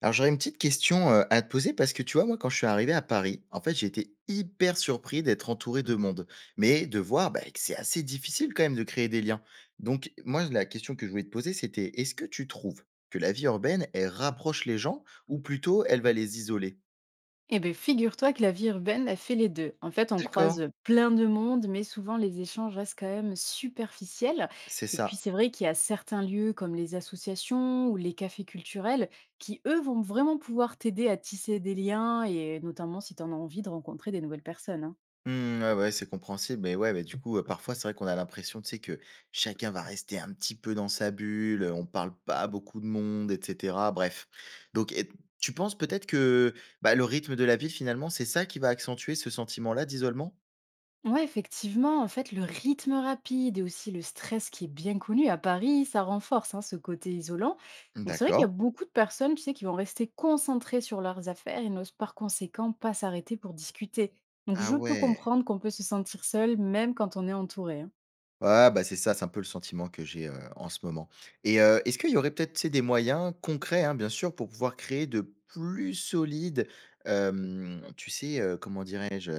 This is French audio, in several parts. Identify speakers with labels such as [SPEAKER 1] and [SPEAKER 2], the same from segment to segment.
[SPEAKER 1] Alors j'aurais une petite question, à te poser parce que tu vois, moi, quand je suis arrivé à Paris, en fait, j'ai été hyper surpris d'être entouré de monde, mais de voir, bah, que c'est assez difficile quand même de créer des liens. Donc moi, la question que je voulais te poser, c'était: «Est-ce que tu trouves que la vie urbaine, elle rapproche les gens ou plutôt elle va les isoler?»
[SPEAKER 2] Eh bien, figure-toi que la vie urbaine a fait les deux. En fait, on
[SPEAKER 1] D'accord.
[SPEAKER 2] croise plein de monde, mais souvent les échanges restent quand même superficiels.
[SPEAKER 1] C'est
[SPEAKER 2] Et puis,
[SPEAKER 1] ça.
[SPEAKER 2] c'est vrai qu'il y a certains lieux comme les associations ou les cafés culturels qui, eux, vont vraiment pouvoir t'aider à tisser des liens et notamment si tu en as envie de rencontrer des nouvelles personnes, hein.
[SPEAKER 1] Mmh, ouais, ouais, c'est compréhensible, mais ouais, mais du coup, parfois, c'est vrai qu'on a l'impression, tu sais, que chacun va rester un petit peu dans sa bulle, on parle pas à beaucoup de monde et cetera, bref. Donc et tu penses peut-être que, bah, le rythme de la ville, finalement, c'est ça qui va accentuer ce sentiment-là d'isolement?
[SPEAKER 2] Ouais, effectivement, en fait, le rythme rapide et aussi le stress qui est bien connu à Paris, ça renforce, hein, ce côté isolant. Donc c'est vrai qu'il y a
[SPEAKER 1] D'accord.
[SPEAKER 2] beaucoup de personnes, tu sais, qui vont rester concentrées sur leurs affaires et n'osent par conséquent pas s'arrêter pour discuter. Donc
[SPEAKER 1] Ah
[SPEAKER 2] je peux
[SPEAKER 1] ouais!
[SPEAKER 2] comprendre qu'on peut se sentir seul même quand on est entouré, hein.
[SPEAKER 1] Ouais, bah, c'est ça, c'est un peu le sentiment que j'ai, en ce moment et est-ce qu'il y aurait peut-être, tu sais, des moyens concrets, hein, bien sûr, pour pouvoir créer de plus solides, tu sais, comment dirais-je?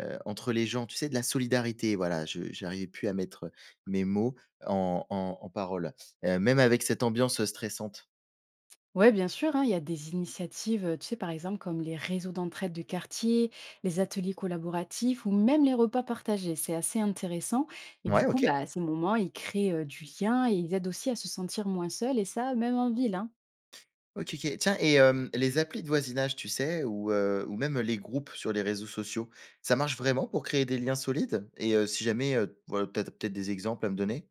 [SPEAKER 1] Entre les gens, tu sais, de la solidarité, voilà, je j'arrivais plus à mettre mes mots en paroles, même avec cette ambiance stressante.
[SPEAKER 2] Ouais, bien sûr, hein, il y a des initiatives, tu sais, par exemple, comme les réseaux d'entraide de quartier, les ateliers collaboratifs ou même les repas partagés. C'est assez intéressant. Et du
[SPEAKER 1] Ouais,
[SPEAKER 2] coup,
[SPEAKER 1] OK.
[SPEAKER 2] bah, à ces moments, ils créent du lien et ils aident aussi à se sentir moins seuls, et ça, même en ville, hein.
[SPEAKER 1] OK, OK. Tiens et les applis de voisinage, tu sais, ou même les groupes sur les réseaux sociaux, ça marche vraiment pour créer des liens solides? Et si jamais, voilà, tu as peut-être des exemples à me donner?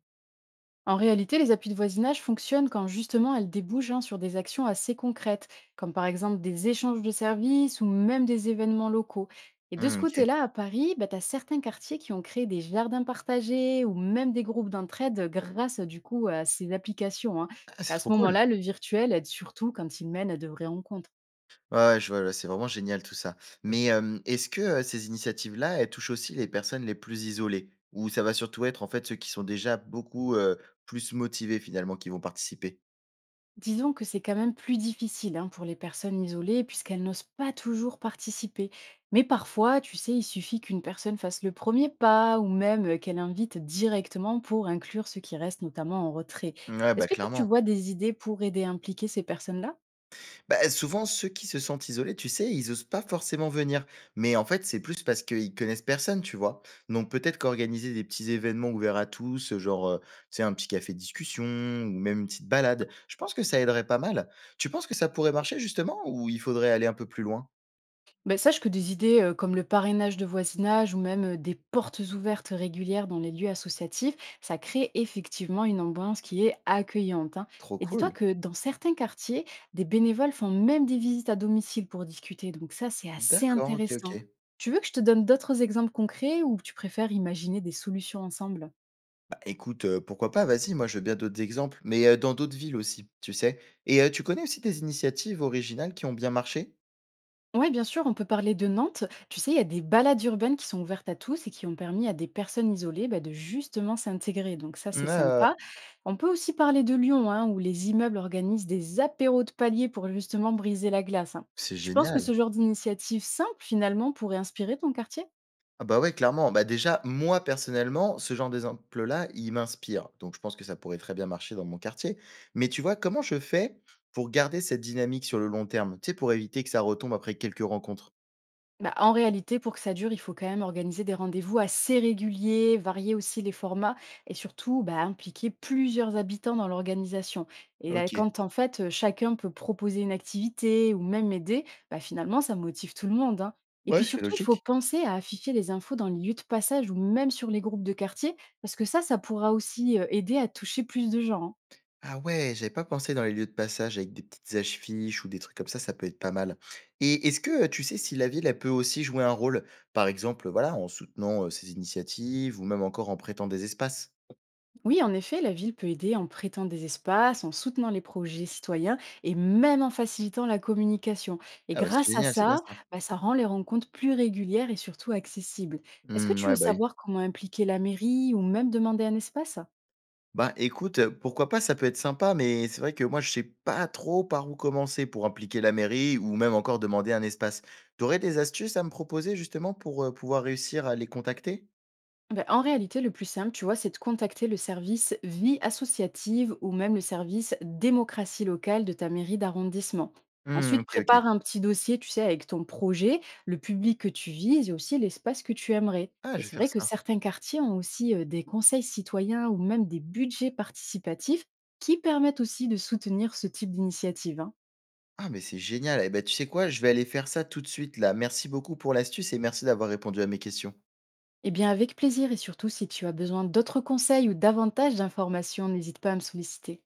[SPEAKER 2] En réalité, les appuis de voisinage fonctionnent quand justement elles débouchent, hein, sur des actions assez concrètes, comme par exemple des échanges de services ou même des événements locaux. Et de ce
[SPEAKER 1] Mmh, OK.
[SPEAKER 2] côté-là, à Paris, bah, tu as certains quartiers qui ont créé des jardins partagés ou même des groupes d'entraide grâce du coup à ces applications, hein.
[SPEAKER 1] Ah,
[SPEAKER 2] Et
[SPEAKER 1] c'est
[SPEAKER 2] à
[SPEAKER 1] trop
[SPEAKER 2] ce
[SPEAKER 1] cool!
[SPEAKER 2] moment-là, le virtuel aide surtout quand il mène à de vraies rencontres.
[SPEAKER 1] Ouais, ouais, je vois, ouais, c'est vraiment génial tout ça. Mais est-ce que, ces initiatives-là, elles touchent aussi les personnes les plus isolées? Ou ça va surtout être, en fait, ceux qui sont déjà beaucoup, plus motivés finalement qui vont participer?
[SPEAKER 2] Disons que c'est quand même plus difficile, hein, pour les personnes isolées puisqu'elles n'osent pas toujours participer. Mais parfois, tu sais, il suffit qu'une personne fasse le premier pas ou même qu'elle invite directement pour inclure ceux qui restent notamment en retrait.
[SPEAKER 1] Ouais, bah,
[SPEAKER 2] Est-ce que toi, tu
[SPEAKER 1] clairement.
[SPEAKER 2] vois des idées pour aider à impliquer ces personnes-là?
[SPEAKER 1] Bah, souvent, ceux qui se sentent isolés, tu sais, ils osent pas forcément venir. Mais en fait, c'est plus parce qu'ils connaissent personne, tu vois. Donc peut-être qu'organiser des petits événements ouverts à tous, genre, tu sais, un petit café discussion ou même une petite balade, je pense que ça aiderait pas mal. Tu penses que ça pourrait marcher justement ou il faudrait aller un peu plus loin?
[SPEAKER 2] Bah, sache que des idées comme le parrainage de voisinage ou même des portes ouvertes régulières dans les lieux associatifs, ça crée effectivement une ambiance qui est accueillante, hein.
[SPEAKER 1] Trop
[SPEAKER 2] Et dis-toi
[SPEAKER 1] cool.
[SPEAKER 2] que dans certains quartiers, des bénévoles font même des visites à domicile pour discuter. Donc ça, c'est assez
[SPEAKER 1] D'accord, ok,
[SPEAKER 2] intéressant.
[SPEAKER 1] ok.
[SPEAKER 2] Tu veux que je te donne d'autres exemples concrets ou tu préfères imaginer des solutions ensemble?
[SPEAKER 1] Bah écoute, pourquoi pas, vas-y, moi je veux bien d'autres exemples, mais dans d'autres villes aussi, tu sais. Et tu connais aussi des initiatives originales qui ont bien marché?
[SPEAKER 2] Ouais, bien sûr, on peut parler de Nantes. Tu sais, il y a des balades urbaines qui sont ouvertes à tous et qui ont permis à des personnes isolées bah, de justement s'intégrer. Donc ça, c'est
[SPEAKER 1] Ah,
[SPEAKER 2] sympa. On peut aussi parler de Lyon, hein, où les immeubles organisent des apéros de palier pour justement briser la glace, hein.
[SPEAKER 1] c'est
[SPEAKER 2] Tu penses que
[SPEAKER 1] génial.
[SPEAKER 2] ce genre d'initiative simple, finalement, pourrait inspirer ton quartier?
[SPEAKER 1] Ah bah, ouais, clairement. Bah, déjà, moi, personnellement, ce genre d'exemple-là, il m'inspire. Donc, je pense que ça pourrait très bien marcher dans mon quartier. Mais tu vois, comment je fais pour garder cette dynamique sur le long terme? Tu sais, pour éviter que ça retombe après quelques rencontres?
[SPEAKER 2] Bah, en réalité, pour que ça dure, il faut quand même organiser des rendez-vous assez réguliers, varier aussi les formats et surtout bah, impliquer plusieurs habitants dans l'organisation. Et là,
[SPEAKER 1] OK.
[SPEAKER 2] quand en fait chacun peut proposer une activité ou même aider, bah, finalement ça motive tout le monde, hein. Et
[SPEAKER 1] Ouais,
[SPEAKER 2] puis
[SPEAKER 1] c'est
[SPEAKER 2] surtout, il faut
[SPEAKER 1] logique.
[SPEAKER 2] penser à afficher les infos dans les lieux de passage ou même sur les groupes de quartier, parce que ça pourra aussi aider à toucher plus de gens, hein.
[SPEAKER 1] Ah ouais, j'avais pas pensé dans les lieux de passage avec des petites affiches ou des trucs comme ça peut être pas mal. Et est-ce que, tu sais si la ville, elle peut aussi jouer un rôle? Par exemple, voilà, en soutenant, ces initiatives ou même encore en prêtant des espaces?
[SPEAKER 2] Oui, en effet, la ville peut aider en prêtant des espaces, en soutenant les projets citoyens et même en facilitant la communication. Et
[SPEAKER 1] Ah bah, c'est
[SPEAKER 2] grâce à
[SPEAKER 1] génial, c'est bien
[SPEAKER 2] ça,
[SPEAKER 1] ça.
[SPEAKER 2] bah, ça rend les rencontres plus régulières et surtout accessibles. Est-ce que
[SPEAKER 1] Mmh,
[SPEAKER 2] tu
[SPEAKER 1] ouais,
[SPEAKER 2] veux
[SPEAKER 1] bah, oui.
[SPEAKER 2] savoir comment impliquer la mairie ou même demander un espace?
[SPEAKER 1] Bah, écoute, pourquoi pas, ça peut être sympa, mais c'est vrai que moi, je sais pas trop par où commencer pour impliquer la mairie ou même encore demander un espace. Tu aurais des astuces à me proposer justement pour, pouvoir réussir à les contacter?
[SPEAKER 2] Ben, en réalité, le plus simple, tu vois, c'est de contacter le service vie associative ou même le service démocratie locale de ta mairie d'arrondissement.
[SPEAKER 1] Mmh,
[SPEAKER 2] Ensuite,
[SPEAKER 1] OK, OK.
[SPEAKER 2] prépare un petit dossier, tu sais, avec ton projet, le public que tu vises et aussi l'espace que tu aimerais.
[SPEAKER 1] Ah,
[SPEAKER 2] Et
[SPEAKER 1] je vais
[SPEAKER 2] c'est
[SPEAKER 1] faire
[SPEAKER 2] vrai que
[SPEAKER 1] ça.
[SPEAKER 2] certains quartiers ont aussi des conseils citoyens ou même des budgets participatifs qui permettent aussi de soutenir ce type d'initiative, hein.
[SPEAKER 1] Ah, mais c'est génial et ben tu sais quoi? Je vais aller faire ça tout de suite là. Merci beaucoup pour l'astuce et merci d'avoir répondu à mes questions.
[SPEAKER 2] Eh bien, avec plaisir et surtout si tu as besoin d'autres conseils ou davantage d'informations, n'hésite pas à me solliciter.